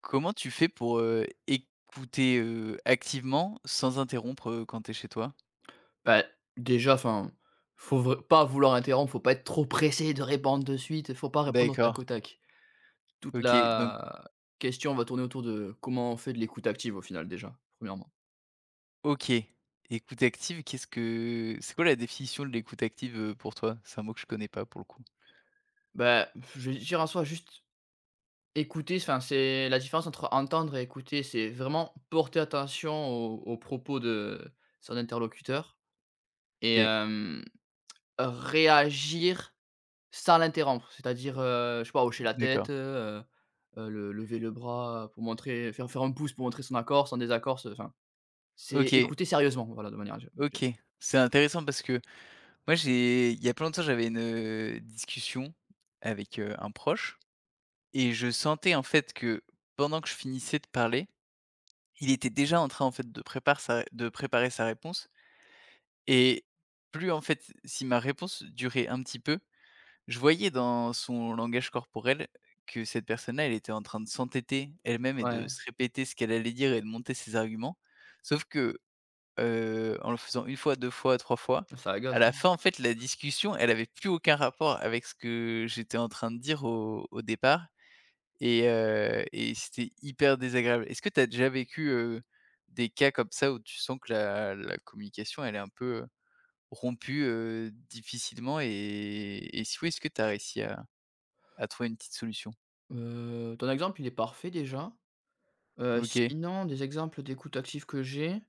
Comment tu fais pour, écouter, activement sans interrompre, quand tu es chez toi? Bah, déjà, enfin, faut vrai pas vouloir interrompre, faut pas être trop pressé de répondre de suite, faut pas répondre au D'accord. tac au tac. Toute OK, donc la question va tourner autour de comment on fait de l'écoute active au final déjà, premièrement. OK. Écoute active, qu'est-ce que c'est, quoi la définition de l'écoute active, pour toi? C'est un mot que je connais pas pour le coup. Bah, je vais dire en soi juste écouter, enfin, c'est la différence entre entendre et écouter, c'est vraiment porter attention aux propos de son interlocuteur et OK, réagir sans l'interrompre, c'est-à-dire, je sais pas, hocher la tête, d'accord. Le lever le bras pour montrer, faire un pouce pour montrer son accord, son désaccord, ce enfin, c'est OK, écouter sérieusement, voilà, de manière gé gé OK. C'est intéressant parce que moi j'ai il y a plein de longtemps j'avais une, discussion avec, un proche et je sentais en fait que pendant que je finissais de parler, il était déjà en train en fait de préparer sa réponse. Et plus en fait, si ma réponse durait un petit peu, je voyais dans son langage corporel que cette personne-là, elle était en train de s'entêter elle-même et de ouais, se répéter ce qu'elle allait dire et de monter ses arguments. Sauf que, en le faisant une fois, 2 fois, 3 fois, ça à agace, la non? fin, en fait, la discussion, elle avait plus aucun rapport avec ce que j'étais en train de dire au départ, et c'était hyper désagréable. Est-ce que tu as déjà vécu, des cas comme ça où tu sens que la communication, elle est un peu rompu, difficilement, et si oui, est-ce que tu as réussi à trouver une petite solution? Ton exemple, il est parfait déjà. OK. Sinon, des exemples d'écoute active que j'ai,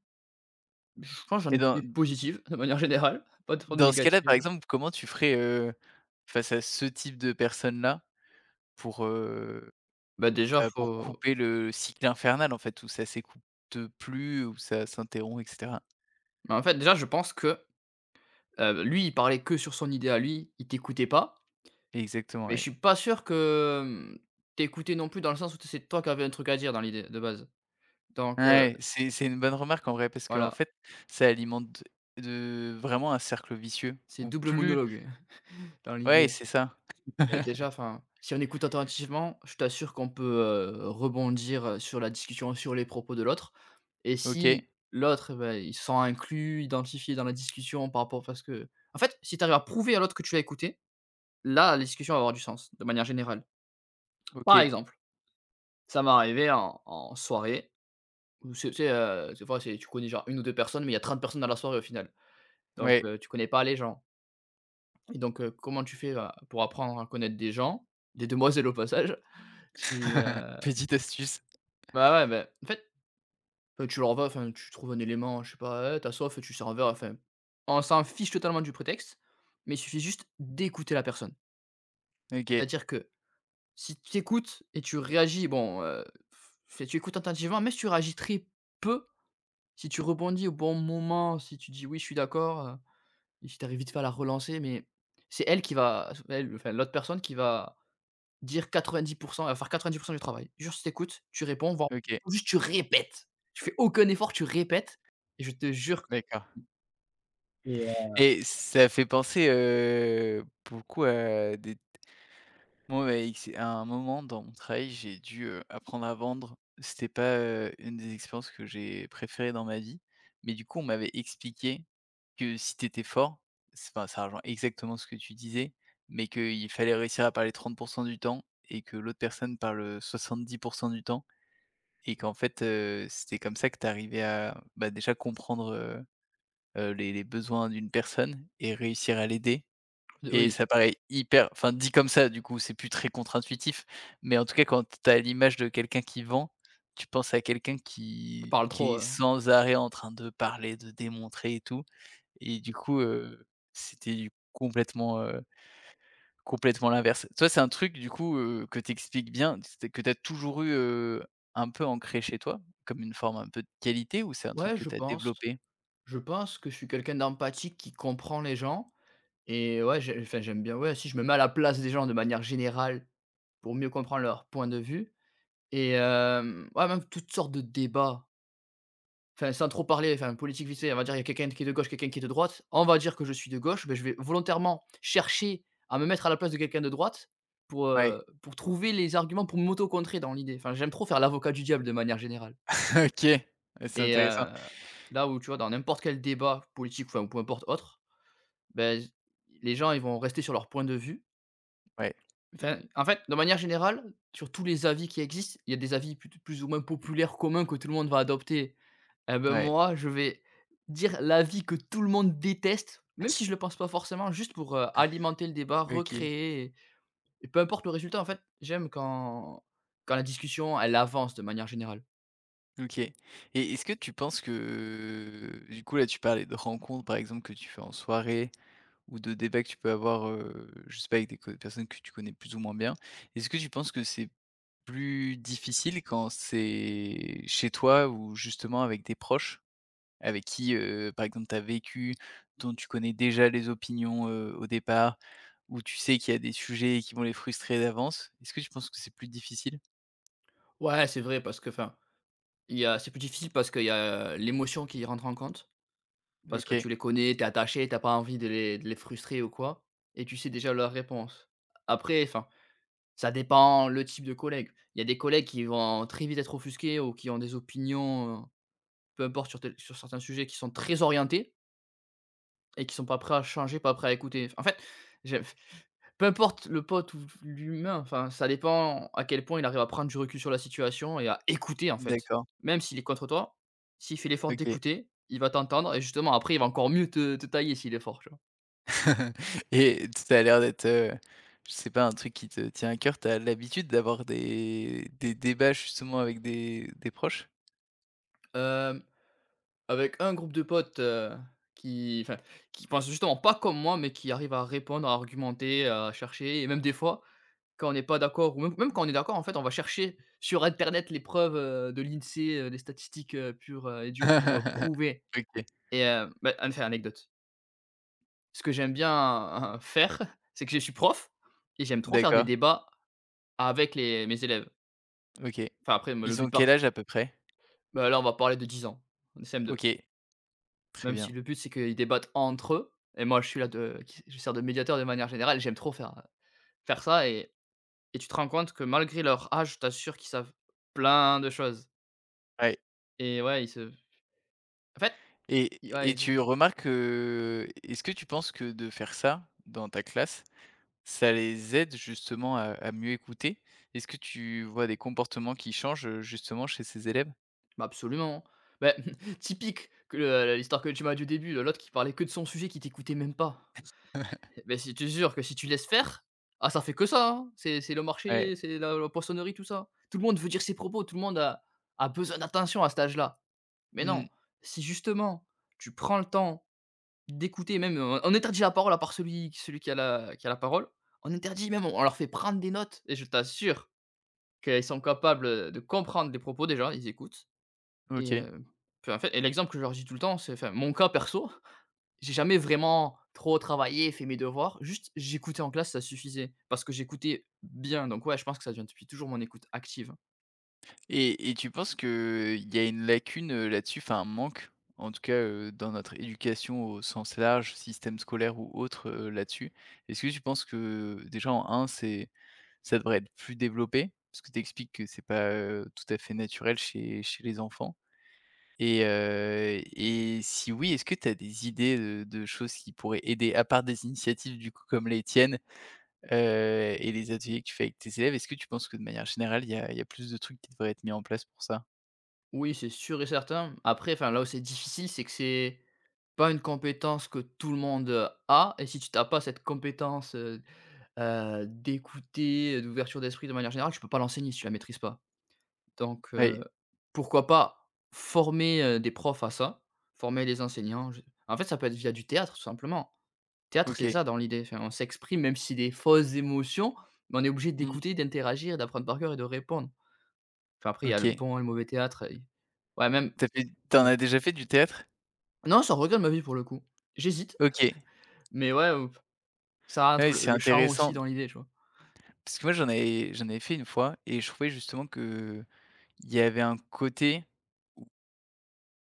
je pense j'en Et ai que des dans positives de manière générale, pas trop de dans ce cas-là, par négatives. exemple, comment tu ferais, face à ce type de personnes-là pour, heu, Bah, déjà, pour faut couper le cycle infernal, en fait, où ça s'écoute plus, où ça s'interrompt, et cetera? bah, en fait, déjà, je pense que, lui, il parlait que sur son idée à lui, il t'écoutait pas. Exactement, Mais je oui. suis pas sûr que, tu non plus, dans le sens où c'est toi qui avais un truc à dire dans l'idée de base. Donc, Ouais, c'est une bonne remarque, en vrai, parce qu'en voilà, fait, ça alimente de vraiment un cercle vicieux c'est où double plus monologue dans ouais, l'idée. c'est ça. Bah, déjà, enfin, si on écoute attentivement, je t'assure qu'on peut, rebondir, sur la discussion, sur les propos de l'autre, et OK, si l'autre, eh bah, il se sent inclus, identifié dans la discussion, parce que en fait, si tu arrives à prouver à l'autre que tu l'as écouté, là, la discussion va avoir du sens, de manière générale. Par OK, exemple, ça m'est arrivé en soirée. Ou c'est, tu sais, des fois, c'est tu connais genre une ou 2 personnes, mais il y a 30 personnes dans la soirée au final. Donc, ouais. Tu connais pas les gens, et donc, comment tu fais, pour apprendre à connaître des gens, des demoiselles au passage? Tu, heu Petite astuce. Bah, ouais, bah, en fait, tu leur vas enfin, tu trouves un élément, je sais pas: Tu soif?» Tu sers un verre, enfin, on s'en fiche totalement du prétexte, mais il suffit juste d'écouter la personne. OK, C'est-à-dire que si tu écoutes et tu réagis, bon, f si tu écoutes attentivement, mais si tu réagis très peu, si tu rebondis au bon moment, si tu dis: «Oui, je suis d'accord», j'étais arrivé vite fait à la relancer, mais c'est elle qui va, elle, enfin l'autre personne qui va dire 90. Elle va faire 90% du travail. Juste tu écoutes, tu réponds, voire OK, juste tu répètes. Tu fais aucun effort, tu répètes et je te jure. d'accord. Et Et ça fait penser, beaucoup à des moi, avec c'est à un moment dans mon travail, j'ai dû, apprendre à vendre. C'était pas, une des expériences que j'ai préférées dans ma vie, mais du coup, on m'avait expliqué que si t'étais fort, c'est enfin, ça rejoint exactement ce que tu disais, mais qu'il fallait réussir à parler 30 du temps et que l'autre personne parle, 70 du temps. Et qu'en fait, c'était comme ça que tu arrivais à, bah, déjà comprendre, les besoins d'une personne et réussir à l'aider, et oui, ça paraît hyper enfin, dit comme ça, du coup, c'est plus très contre-intuitif, mais en tout cas, quand tu as l'image de quelqu'un qui vend, tu penses à quelqu'un je qui parle trop, qui est heu. sans arrêt en train de parler, de démontrer et tout, et du coup, c'était complètement l'inverse. Toi, c'est un truc du coup, que t'expliques bien, c'est que t'as toujours eu, un peu ancré chez toi, comme une forme un peu de qualité, ou c'est un truc Ouais, que je t'as pense. développé? Je pense que je suis quelqu'un d'empathique qui comprend les gens, et ouais, j'ai enfin, j'aime bien, ouais, si je me mets à la place des gens de manière générale pour mieux comprendre leur point de vue. Et ouais, même toutes sortes de débats. Enfin, sans trop parler, enfin, politique vite fait, on va dire il y a quelqu'un qui est de gauche, quelqu'un qui est de droite. On va dire que je suis de gauche, beh, je vais volontairement chercher à me mettre à la place de quelqu'un de droite pour, Ouais, heu, pour trouver les arguments pour m'auto-contrer dans l'idée. Enfin, j'aime trop faire l'avocat du diable de manière générale. OK. Ouais, c'est Et intéressant. Là où, tu vois, dans n'importe quel débat politique, enfin, ou peu importe autre, ben, les gens, ils vont rester sur leur point de vue. Ouais, Enfin, en fait, de manière générale, sur tous les avis qui existent, il y a des avis plut plus ou moins populaires, communs, que tout le monde va adopter. Eh ben ouais. moi, je vais dire l'avis que tout le monde déteste, même si je le pense pas forcément, juste pour, alimenter le débat, OK, recréer, et peu importe le résultat, en fait, j'aime quand la discussion, elle avance de manière générale. OK. Et est-ce que tu penses que du coup, là, tu parlais de rencontres, par exemple, que tu fais en soirée ou de débats que tu peux avoir, je sais pas, avec des co personnes que tu connais plus ou moins bien. Est-ce que tu penses que c'est plus difficile quand c'est chez toi ou justement avec des proches, avec qui, par exemple, tu as vécu, dont tu connais déjà les opinions, au départ, où tu sais qu'il y a des sujets qui vont les frustrer d'avance? Est-ce que tu penses que c'est plus difficile? Ouais, c'est vrai, parce que, enfin, il y a c'est plus difficile parce qu'il y a l'émotion qui rentre en compte, parce que OK, tu les connais, t'es attaché, t'as pas envie de les frustrer ou quoi, et tu sais déjà leur réponse. Après, enfin, ça dépend le type de collègue. Il y a des collègues qui vont très vite être offusqués, ou qui ont des opinions, peu importe, sur certains sujets qui sont très orientés et qui sont pas prêts à changer, pas prêts à écouter. Enfin, en fait, j'ai peu importe le pote ou l'humain, enfin, ça dépend à quel point il arrive à prendre du recul sur la situation et à écouter, en fait. d'accord, Même s'il est contre toi, s'il fait l'effort OK. d'écouter, il va t'entendre, et justement après, il va encore mieux te tailler s'il est fort, tu vois? Et t ça a l'air d'être, je sais pas, un truc qui te tient à cœur. Tu as l'habitude d'avoir des débats justement avec des proches? Hem, Avec un groupe de potes, qui enfin, qui pensent justement pas comme moi, mais qui arrivent à répondre, à argumenter, à chercher, et même des fois, quand on n'est pas d'accord, ou même quand on est d'accord, en fait, on va chercher sur internet les preuves, de l'INSEE, les statistiques, pures, et dures pour, prouver. OK, Et bah, en fait, anecdote. Ce que j'aime bien, faire, c'est que je suis prof et j'aime trop faire des d'accord, débats avec les mes élèves. OK. Enfin, après, le Ils ont but par quel âge à peu près? bah, là, on va parler de 10 ans, de CM2. OK, très Même bien. si le but, c'est qu'ils débattent entre eux, et moi, je suis là de qui je sers de médiateur de manière générale. J'aime trop faire ça, et tu te rends compte que, malgré leur âge, je t'assure qu'ils savent plein de choses, Ouais. et ouais, ils se en fait, Et i ouais, z tu remarques que est-ce que tu penses que de faire ça dans ta classe, ça les aide justement à mieux écouter? Est-ce que tu vois des comportements qui changent, justement chez ces élèves? bah, absolument. Bah, typique que le l'histoire que tu m'as dit au début, l'autre qui parlait que de son sujet, qui t'écoutait même pas. Beh, si, je te jure que si tu laisses faire, ah, ça fait que ça, hein. C'est le Ouais. marché, c'est la poissonnerie, tout ça. Tout le monde veut dire ses propos, tout le monde a besoin d'attention à cet âge-là. Mais non, Mmh. si justement tu prends le temps d'écouter. Même, on interdit la parole, à part celui qui a la parole. On interdit même, on leur fait prendre des notes, et je t'assure qu'ils sont capables, de comprendre les propos, déjà, ils écoutent. Et OK. Puis, en fait, et l'exemple que je leur dis tout le temps, c'est, enfin, mon cas perso, j'ai jamais vraiment trop travaillé, fait mes devoirs, juste j'écoutais en classe, ça suffisait. Parce que j'écoutais bien, donc ouais, je pense que ça vient depuis toujours, mon écoute active. Et tu penses qu'il y a une lacune, là-dessus, enfin un manque, en tout cas, dans notre éducation au sens large, système scolaire ou autre, là-dessus? Est-ce que tu penses que déjà en un c'est ça devrait être plus développé, parce que tu expliques que c'est pas, tout à fait naturel chez les enfants, et si oui, est-ce que tu as des idées de choses qui pourraient aider, à part des initiatives du coup comme les tiennes, et les ateliers que tu fais avec tes élèves, est-ce que tu penses que de manière générale, il y a plus de trucs qui devraient être mis en place pour ça? Oui, c'est sûr et certain. Après, enfin, là où c'est difficile, c'est que c'est pas une compétence que tout le monde, a, et si tu as pas cette compétence, d'écouter, d'ouverture d'esprit de manière générale, tu peux pas l'enseigner si tu la maîtrises pas. Donc Oui, heu, pourquoi pas former, des profs à ça, former les enseignants. Je En fait, ça peut être via du théâtre, tout simplement. Théâtre, c'est OK. ça dans l'idée, enfin, on s'exprime, même si des fausses émotions, mais on est obligé Mmh, d'écouter, d'interagir, d'apprendre par cœur et de répondre. Enfin, après, il y a le OK. bon et le mauvais théâtre, et ouais, même T'en ouais. as déjà fait du théâtre? Non, ça regarde ma vie, pour le coup. J'hésite, OK. mais ouais, ça rentre, Ouais, le c'est le chant aussi, intéressant, dans l'idée, tu vois? parce que moi j'en avais fait une fois et je trouvais justement que il y avait un côté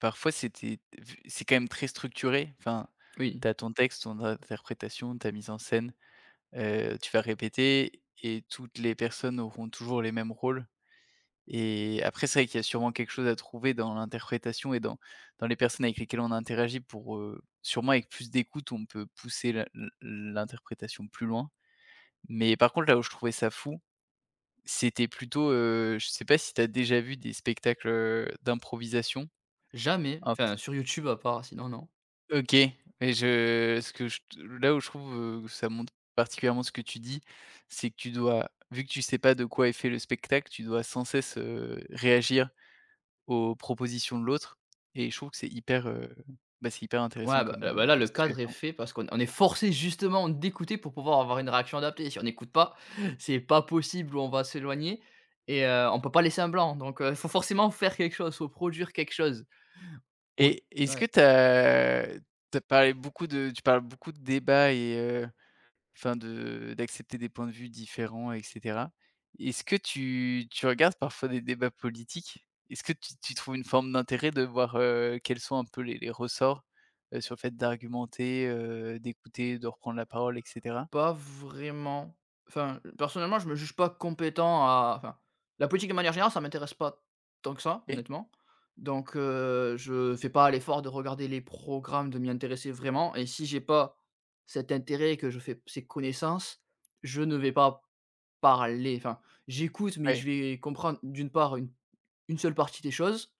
parfois, c'était vu c'est quand même très structuré. Enfin, Oui, t'as ton texte, ton interprétation, ta mise en scène, tu vas répéter et toutes les personnes auront toujours les mêmes rôles, et après, c'est vrai qu'il y a sûrement quelque chose à trouver dans l'interprétation et dans les personnes avec lesquelles on interagit pour, sûrement avec plus d'écoute, on peut pousser la l'interprétation plus loin. Mais par contre, là où je trouvais ça fou, c'était plutôt, je sais pas si t'as déjà vu des spectacles, d'improvisation? jamais, enfin, sur YouTube à part, sinon non. OK. Mais je ce que je là où je trouve, que ça montre particulièrement ce que tu dis, c'est que tu dois, vu que tu sais pas de quoi est fait le spectacle, tu dois sans cesse, réagir aux propositions de l'autre, et je trouve que c'est hyper intéressant Ouais, comme, bah, là, comme le cadre est situation. fait, parce qu'on est forcé justement d'écouter pour pouvoir avoir une réaction adaptée. Si on n'écoute pas, c'est pas possible, ou on va s'éloigner, et on peut pas laisser un blanc. Donc, faut forcément faire quelque chose, faut produire quelque chose. Faut Et est-ce Ouais. que tu parles beaucoup de débats et, enfin, de d'accepter des points de vue différents, et cetera. Est-ce que tu regardes parfois des débats politiques? Est-ce que tu trouves une forme d'intérêt de voir, quels sont un peu les ressorts, sur le fait d'argumenter, d'écouter, de reprendre la parole, et cetera? Pas vraiment. Enfin, personnellement, je me juge pas compétent à, enfin, la politique de manière générale, ça m'intéresse pas tant que ça, Et honnêtement. Donc, je fais pas l'effort de regarder les programmes, de m'y intéresser vraiment, et si j'ai pas cet intérêt et que je fais ces connaissances, je ne vais pas parler. Enfin, j'écoute, mais je ouais, vais comprendre, d'une part, une seule partie des choses,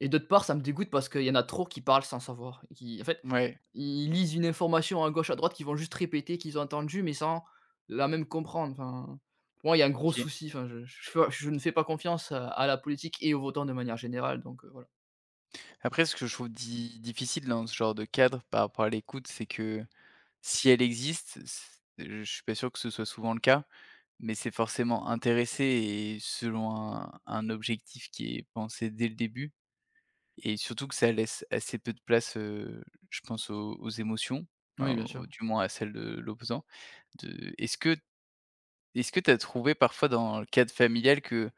et d'autre part, ça me dégoûte parce qu'il y en a trop qui parlent sans savoir, et qui, en fait, ouais, ils lisent une information à gauche, à droite, qu'ils vont juste répéter, qu'ils ont entendu mais sans la même comprendre. Enfin, pour moi, il y a un gros OK. souci. Enfin, je ne fais pas confiance à la politique et aux votants de manière générale, donc voilà. Après, ce que je trouve di difficile dans ce genre de cadre par rapport à l'écoute, c'est que si elle existe, c je suis pas sûr que ce soit souvent le cas. Mais c'est forcément intéressé et selon un objectif qui est pensé dès le début, et surtout que ça laisse assez peu de place, je pense aux émotions, Oui, enfin, bien sûr. au du moins à celles de l'opposant. De est-ce que tu as trouvé parfois dans le cadre familial que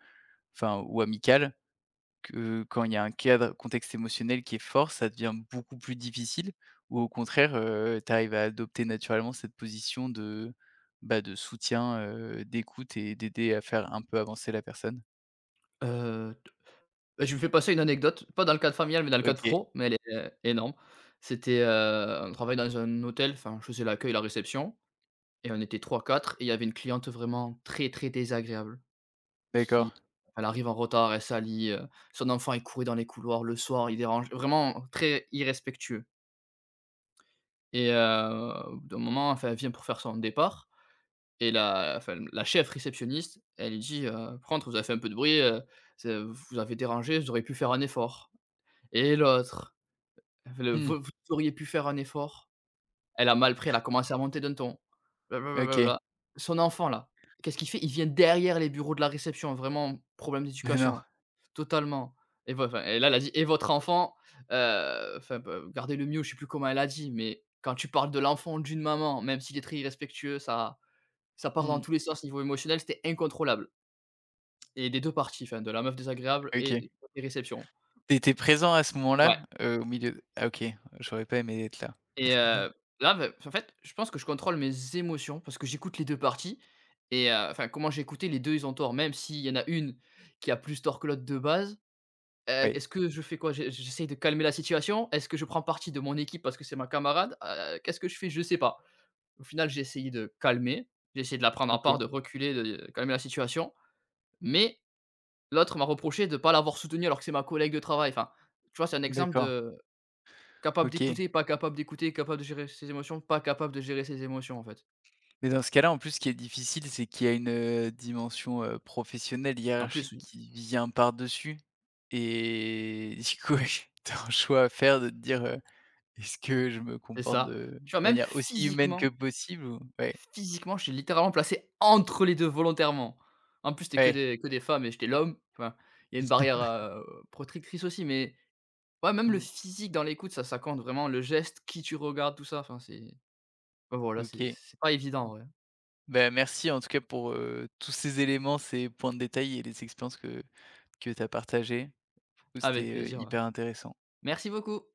enfin, ou amical, que quand il y a contexte émotionnel qui est fort, ça devient beaucoup plus difficile? Ou au contraire, tu arrives à adopter naturellement cette position de soutien, d'écoute et d'aider à faire un peu avancer la personne? T Bah, je me fais passer une anecdote, pas dans le cadre familial, mais dans le cadre OK, pro, mais elle est, énorme. C'était, on travaillait dans un hôtel, enfin, je faisais l'accueil, la réception, et on était trois quatre, et il y avait une cliente vraiment très, très désagréable. Qui d'accord. Elle arrive en retard, elle salit, son enfant, il courait dans les couloirs le soir, il dérange, vraiment très irrespectueux. Et au bout d'un moment, enfin, elle vient pour faire son départ, et la enfin, la chef réceptionniste, elle lui dit, «Par contre, vous avez fait un peu de bruit, c'est vous avez dérangé, vous auriez pu faire un effort.» Et l'autre, enfin, le: Mmh. vous auriez pu faire un effort.» Elle a mal pris, elle a commencé à monter d'un ton. OK. Blablabla. Son enfant là, qu'est-ce qu'il fait? Il vient derrière les bureaux de la réception, vraiment problème Mais non. d'éducation, totalement. Et voi enfin, et là, elle a dit: «Et votre enfant, enfin, b gardez-le mieux», je sais plus comment elle a dit, mais quand tu parles de l'enfant d'une maman, même s'il est très irrespectueux, ça part dans Mmh. tous les sens, niveau émotionnel, c'était incontrôlable, et des 2 parties, enfin de la meuf désagréable OK. et des réceptions. T'étais présent à ce Ouais. moment-là? Ah, OK, j'aurais pas aimé être là. Et là, bah, en fait, je pense que je contrôle mes émotions parce que j'écoute les 2 parties, et enfin, comment j'ai écouté, les deux, ils ont tort, même s'il y en a une qui a plus tort que l'autre de base. Oui. Est-ce que je fais quoi? J'essaye de calmer la situation? Est-ce que je prends parti de mon équipe parce que c'est ma camarade? Qu'est-ce que je fais? Je sais pas. Au final, j'ai essayé de calmer, j'ai essayé de la prendre à OK. part, de reculer, de calmer la situation, mais l'autre m'a reproché de ne pas l'avoir soutenue alors que c'est ma collègue de travail. Enfin, tu vois, c'est un exemple D'accord. de capable OK. d'écouter, pas capable d'écouter, capable de gérer ses émotions, pas capable de gérer ses émotions, en fait. Mais dans ce cas-là, en plus, ce qui est difficile, c'est qu'il y a une, dimension, professionnelle, En plus, hiérarchique, oui, qui vient par-dessus, et du coup, ouais, tu as un choix à faire, de te dire, «Est-ce que je me c'est comporte ça. de Tu vois, même manière aussi humaine que physiquement, possible?» Ou ouais, physiquement, je t'ai littéralement placé entre les 2 volontairement. En plus, t'es ouais, que des femmes et j'étais l'homme, enfin, il y a une barrière, protectrice aussi, mais ouais, même le mmh, physique dans l'écoute, ça compte vraiment, le geste, qui tu regardes, tout ça, enfin, c'est enfin, voilà, c'est OK. c'est pas évident, ouais. Ben, merci en tout cas pour, tous ces éléments, ces points de détail et les expériences que tu as partagées. Du coup, Avec c'était, plaisir, ouais. hyper intéressant. Merci beaucoup.